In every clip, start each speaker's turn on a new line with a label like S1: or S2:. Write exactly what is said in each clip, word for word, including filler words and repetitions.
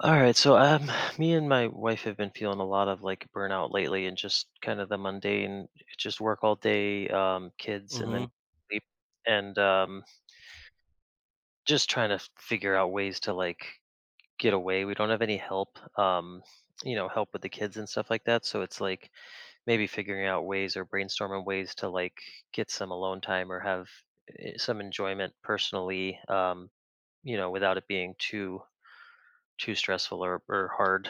S1: All right, so um, me and my wife have been feeling a lot of like burnout lately, and just kind of the mundane, just work all day, um, kids, and then
S2: Hmm.
S1: sleep, and um, just trying to figure out ways to like get away. We don't have any help, um, you know, help with the kids and stuff like that. So it's like maybe figuring out ways or brainstorming ways to like get some alone time or have eh, some enjoyment personally, um, you know, without it being too too stressful or or hard.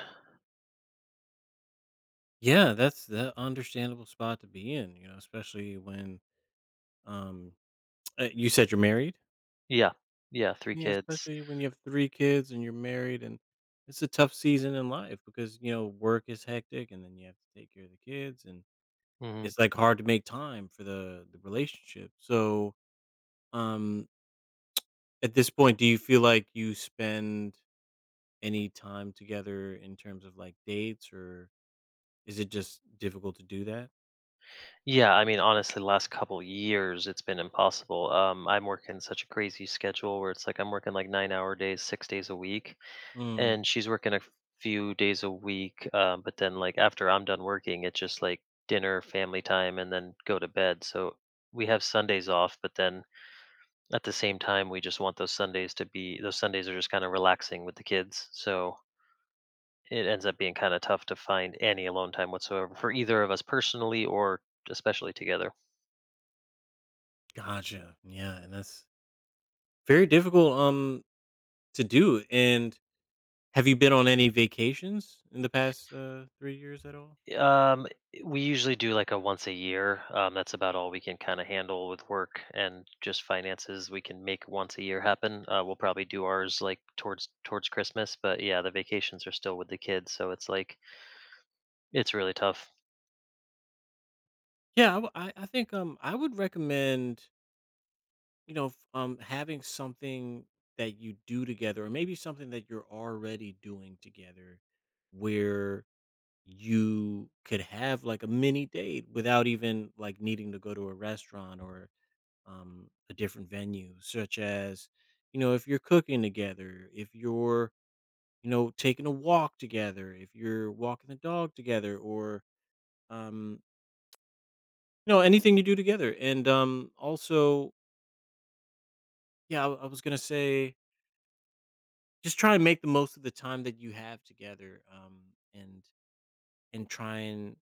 S2: Yeah, that's the understandable spot to be in, you know, especially when um uh, you said you're married.
S1: Yeah. Yeah, three
S2: Yeah,
S1: kids.
S2: especially when you have three kids and you're married, and it's a tough season in life because, you know, work is hectic and then you have to take care of the kids, and
S1: Mhm.
S2: it's like hard to make time for the the relationship. So, um at this point, do you feel like you spend any time together in terms of like dates, or is it just difficult to do that?
S1: Yeah, I mean, honestly, the last couple years, it's been impossible. Um, I'm working such a crazy schedule where it's like I'm working like nine-hour days, six days a week,
S2: Mm,
S1: and she's working a few days a week, um, but then, like, after I'm done working, it's just, like, dinner, family time, and then go to bed, so we have Sundays off, but then at the same time, we just want those Sundays to be. Those Sundays are just kinda relaxing with the kids, so it ends up being kind of tough to find any alone time whatsoever for either of us personally or especially together.
S2: gotcha. Yeah, and that's very difficult, um, to do, and have you been on any vacations in the past, uh, three years at all?
S1: Um, we usually do like a once a year. Um, that's about all we can kind of handle with work and just finances. We can make once a year happen. Uh, we'll probably do ours like towards towards Christmas, but yeah, the vacations are still with the kids, so it's like it's really tough.
S2: Yeah, I w I I think, um, I would recommend, you know, f um, having something that you do together, or maybe something that you're already doing together, where you could have, like, a mini date without even, like, needing to go to a restaurant or, um, a different venue, such as, you know, if you're cooking together, if you're, you know, taking a walk together, if you're walking the dog together, or um, you know, anything you do together. And um, also, yeah, I, I was gonna say, just try and make the most of the time that you have together, um, and and try and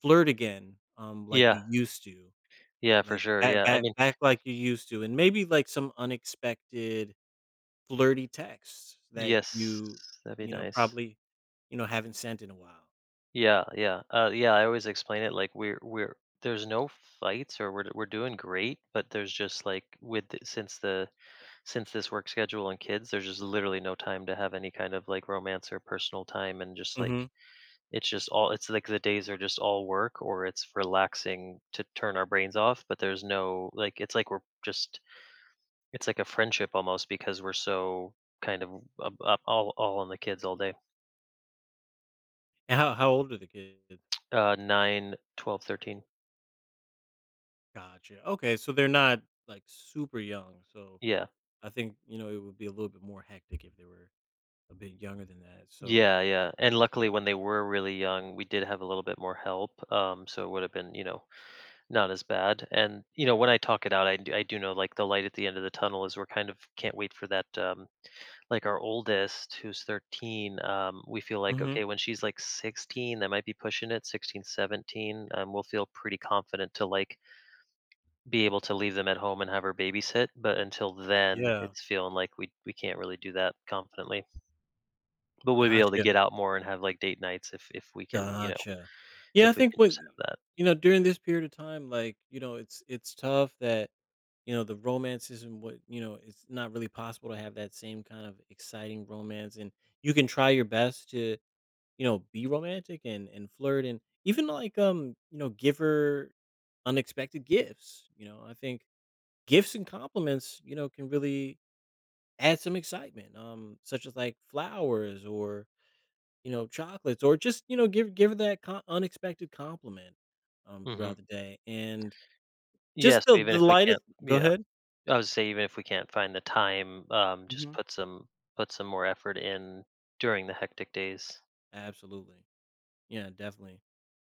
S2: flirt again, um, like
S1: Yeah,
S2: you used to,
S1: yeah, for
S2: like
S1: sure.
S2: back
S1: Yeah, I
S2: back
S1: mean,
S2: back like you used to, and maybe like some unexpected flirty texts that
S1: yes,
S2: you
S1: that'd
S2: you
S1: be
S2: know,
S1: nice.
S2: probably, you know, haven't sent in a while.
S1: Yeah, yeah. Uh, yeah, I always explain it like we're we're there's no fights, or we're we're doing great, but there's just like with the- since the since this work schedule and kids, there's just literally no time to have any kind of like romance or personal time, and just
S2: Hmm.
S1: like it's just all, it's like the days are just all work, or it's relaxing to turn our brains off, but there's no like, it's like we're just, it's like a friendship almost because we're so kind of uh, up, up all all on the kids all day.
S2: And how how old are the kids?
S1: Uh nine, twelve, thirteen.
S2: Gotcha. Okay, so they're not like super young. So
S1: Yeah.
S2: I think you know it would be a little bit more hectic if they were a bit younger than that. So
S1: Yeah, yeah. And luckily when they were really young, we did have a little bit more help. Um, so it would have been, you know, not as bad. And, you know, when I talk it out, I d- I do, know like the light at the end of the tunnel is we're kind of can't wait for that. Um, like our oldest who's thirteen, um, we feel like,
S2: hmm.
S1: okay, when she's like sixteen, that might be pushing it. Sixteen, seventeen. Um, we'll feel pretty confident to like be able to leave them at home and have her babysit. But until then
S2: Yeah.
S1: it's feeling like we, we can't really do that confidently. But we'll be able to
S2: Gotcha,
S1: get out more and have, like, date nights if if we can, you know,
S2: gotcha. Yeah, I
S1: if we
S2: think
S1: can
S2: what,
S1: just have that.
S2: you know, during this period of time, like, you know, it's it's tough that, you know, the romance isn't what, you know, it's not really possible to have that same kind of exciting romance, and you can try your best to, you know, be romantic and and flirt and even like, um, you know, give her unexpected gifts. You know, I think gifts and compliments, you know, can really add some excitement. Um, such as like flowers or, you know, chocolates, or just, you know, give give her that co- unexpected compliment um
S1: Mhm.
S2: throughout the day and
S1: Yes,
S2: just the
S1: even
S2: the
S1: if we can't,
S2: lightest. Go
S1: yeah.
S2: ahead.
S1: I would say even if we can't find the time, um, just
S2: Hmm.
S1: put some put some more effort in during the hectic days.
S2: Absolutely. Yeah, definitely.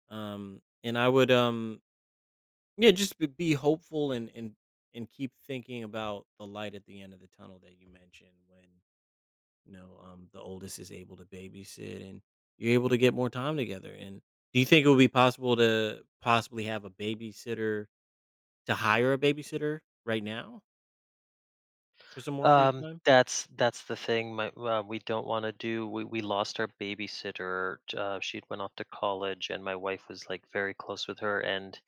S2: Um, and I would um yeah, just b be hopeful and and and keep thinking about the light at the end of the tunnel that you mentioned when, you know, um, the oldest is able to babysit and you're able to get more time together, and do you think it would be possible to possibly have a babysitter, to hire a babysitter right now for some more free
S1: Um,
S2: time?
S1: that's that's the thing. My uh, we don't want to do. We we lost our babysitter. Uh, she went off to college, and my wife was like very close with her and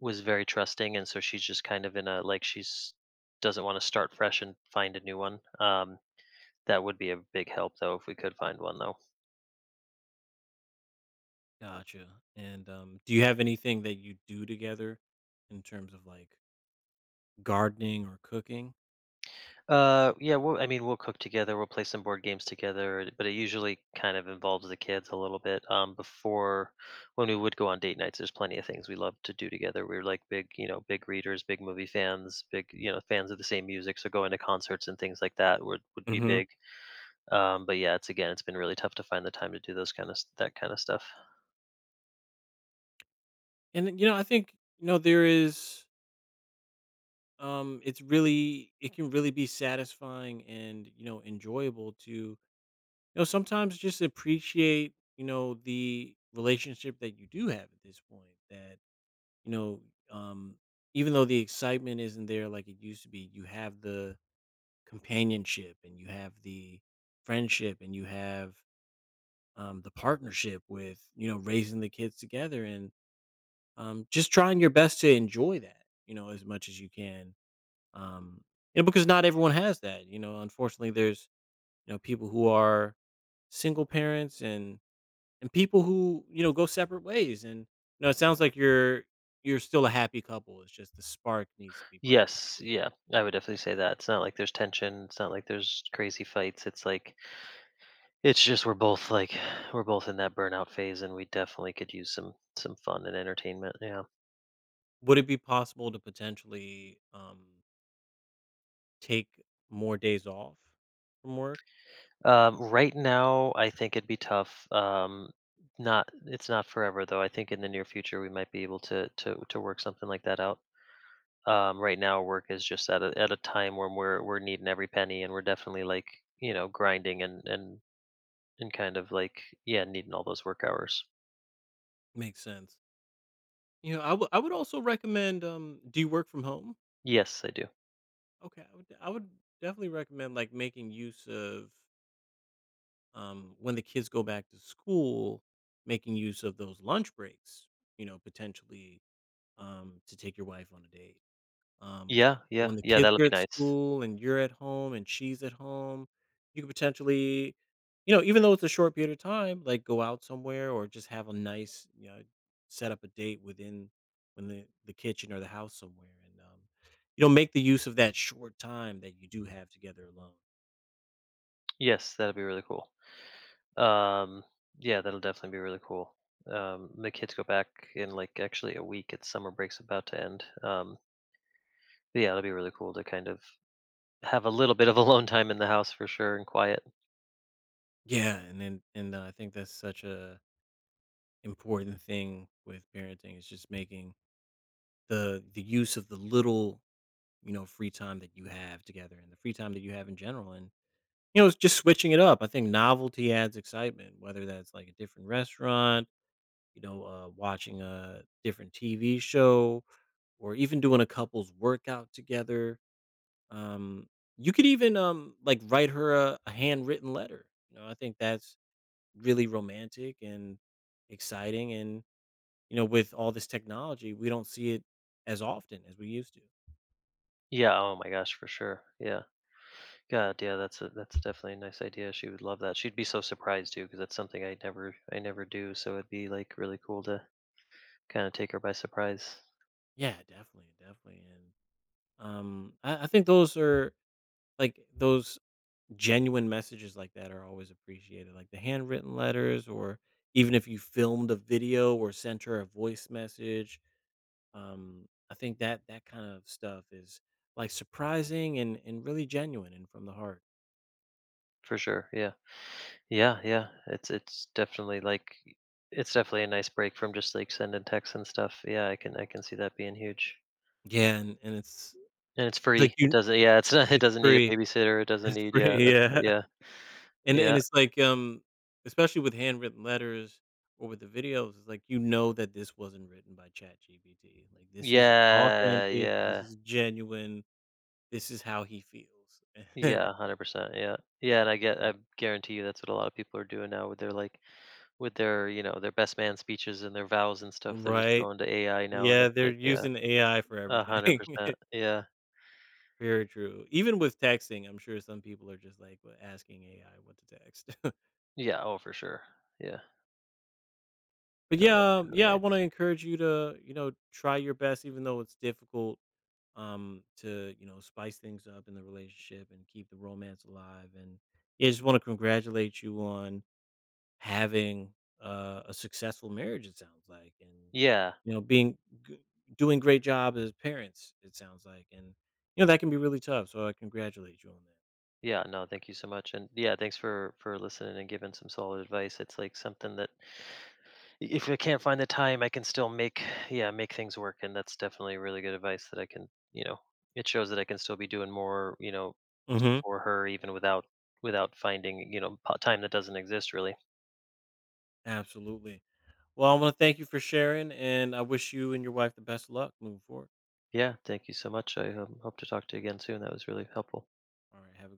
S1: was very trusting, and so she's just kind of in a like she's doesn't want to start fresh and find a new one. Um, that would be a big help though if we could find one though.
S2: Gotcha, and, um, do you have anything that you do together in terms of, like, gardening or cooking?
S1: Uh, yeah, we'll, I mean, we'll cook together. We'll play some board games together, but it usually kind of involves the kids a little bit. Um, before when we would go on date nights, there's plenty of things we love to do together. We are like big, you know, big readers, big movie fans, big, you know, fans of the same music. So going to concerts and things like that would would be
S2: Mhm.
S1: big. Um, but yeah, it's again, it's been really tough to find the time to do those kind of that kind of stuff.
S2: And, you know, I think, you know, there is Um, it's really, it can really be satisfying and, you know, enjoyable to, you know, sometimes just appreciate, you know, the relationship that you do have at this point that, you know, um, even though the excitement isn't there like it used to be, you have the companionship and you have the friendship and you have um, the partnership with, you know, raising the kids together and um, just trying your best to enjoy that, you know, as much as you can um, you know, because not everyone has that. You know, unfortunately, there's, you know, people who are single parents and and people who, you know, go separate ways. And you know, it sounds like you're you're still a happy couple. It's just the spark needs to be brought back
S1: Yes,
S2: in.
S1: yeah, I would definitely say that. It's not like there's tension. It's not like there's crazy fights. It's like it's just we're both like we're both in that burnout phase, and we definitely could use some some fun and entertainment. Yeah.
S2: Would it be possible to potentially um, take more days off from work?
S1: Um, right now, I think it'd be tough. Um, not it's not forever though. I think in the near future we might be able to to to work something like that out. Um, right now, work is just at a at a time when we're we're needing every penny, and we're definitely like you know grinding, and and and kind of like, yeah, needing all those work hours.
S2: Makes sense. You know, I would I would also recommend. Um, do you work from home?
S1: Yes, I do.
S2: Okay, I would I would definitely recommend like making use of, um, when the kids go back to school, making use of those lunch breaks, you know, potentially, um, to take your wife on a date. Um,
S1: Yeah, yeah,
S2: when the
S1: yeah.
S2: kids
S1: That'll
S2: are
S1: be
S2: at
S1: nice.
S2: school and you're at home and she's at home, you could potentially, you know, even though it's a short period of time, like go out somewhere or just have a nice, you know, set up a date within when the, the kitchen or the house somewhere and, um, you know, make the use of that short time that you do have together alone.
S1: Yes, that'll be really cool. Um, yeah, that'll definitely be really cool. Um, the kids go back in like actually a week. It's summer break's about to end. Um, but yeah, it'll be really cool to kind of have a little bit of alone time in the house for sure, and quiet.
S2: Yeah. And then, and uh, I think that's such a, important thing with parenting is just making the the use of the little, you know, free time that you have together and the free time that you have in general, and, you know, it's just switching it up. I think novelty adds excitement, whether that's like a different restaurant, you know, uh, watching a different TV show or even doing a couple's workout together. um you could even um like write her a, a handwritten letter. You know, I think that's really romantic and exciting, and, you know, with all this technology, we don't see it as often as we used to.
S1: Yeah. Oh my gosh, for sure. Yeah. God. Yeah. That's a that's definitely a nice idea. She would love that. She'd be so surprised too, because that's something I never I never do. So it'd be like really cool to kind of take her by surprise,
S2: Yeah, definitely, definitely. And um, I, I think those are like those genuine messages like that are always appreciated. Like the handwritten letters, or even if you filmed a video or sent her a voice message. Um, I think that that kind of stuff is like surprising and and really genuine and from the heart.
S1: for sure. Yeah. Yeah, yeah. It's it's definitely like it's definitely a nice break from just like sending texts and stuff. Yeah, I can I can see that being huge.
S2: Yeah, and, and it's
S1: And it's
S2: it's like
S1: free. It
S2: you,
S1: doesn't, yeah, it's not it
S2: it's
S1: doesn't need a
S2: free,
S1: babysitter. It doesn't
S2: it's
S1: need, yeah,
S2: free.
S1: that's,
S2: Yeah.
S1: yeah.
S2: And and
S1: Yeah.
S2: it's like, um, especially with handwritten letters or with the videos, it's like, you know that this wasn't written by ChatGPT. Like, this is
S1: Yeah,
S2: authentic, this
S1: yeah.
S2: is genuine, this is how he feels.
S1: Yeah,
S2: And
S1: one hundred percent. Yeah. Yeah, and I get
S2: yeah.
S1: I guarantee you that's what a lot of people are doing now with their like with their, you know, their best man speeches and their vows and stuff. They're just
S2: Right?
S1: going to A I now, and
S2: Yeah,
S1: it's
S2: they're
S1: like, yeah,
S2: using A I for everything.
S1: one hundred percent. Yeah.
S2: Very true. Even with texting, I'm sure some people are just, like, w asking A I what to text.
S1: Yeah, oh for sure. Yeah.
S2: But
S1: No, that'd
S2: yeah,
S1: be
S2: um,
S1: really
S2: yeah, I want
S1: nice.
S2: to encourage you to, you know, try your best, even though it's difficult, um, to, you know, spice things up in the relationship and keep the romance alive. And yeah, just want to congratulate you on having uh, a successful marriage, it sounds like, and,
S1: Yeah,
S2: you know, being g- doing great job as parents, it sounds like. And, you know, that can be really tough. So I congratulate you
S1: yeah, no, thank you so much. And yeah, thanks for for listening and giving some solid advice. It's like something that, if I can't find the time, I can still make, yeah, make things work, and that's definitely really good advice that I can, you know, it shows that I can still be doing more, you know,
S2: on that. Hmm.
S1: for her, even without without finding, you know, po- time that doesn't exist really.
S2: Absolutely. Well, I want to thank you for sharing, and I wish you and your wife the best of luck moving forward.
S1: Yeah, thank you so much. I um, hope to talk to you again soon. That was really helpful.
S2: All right. Have a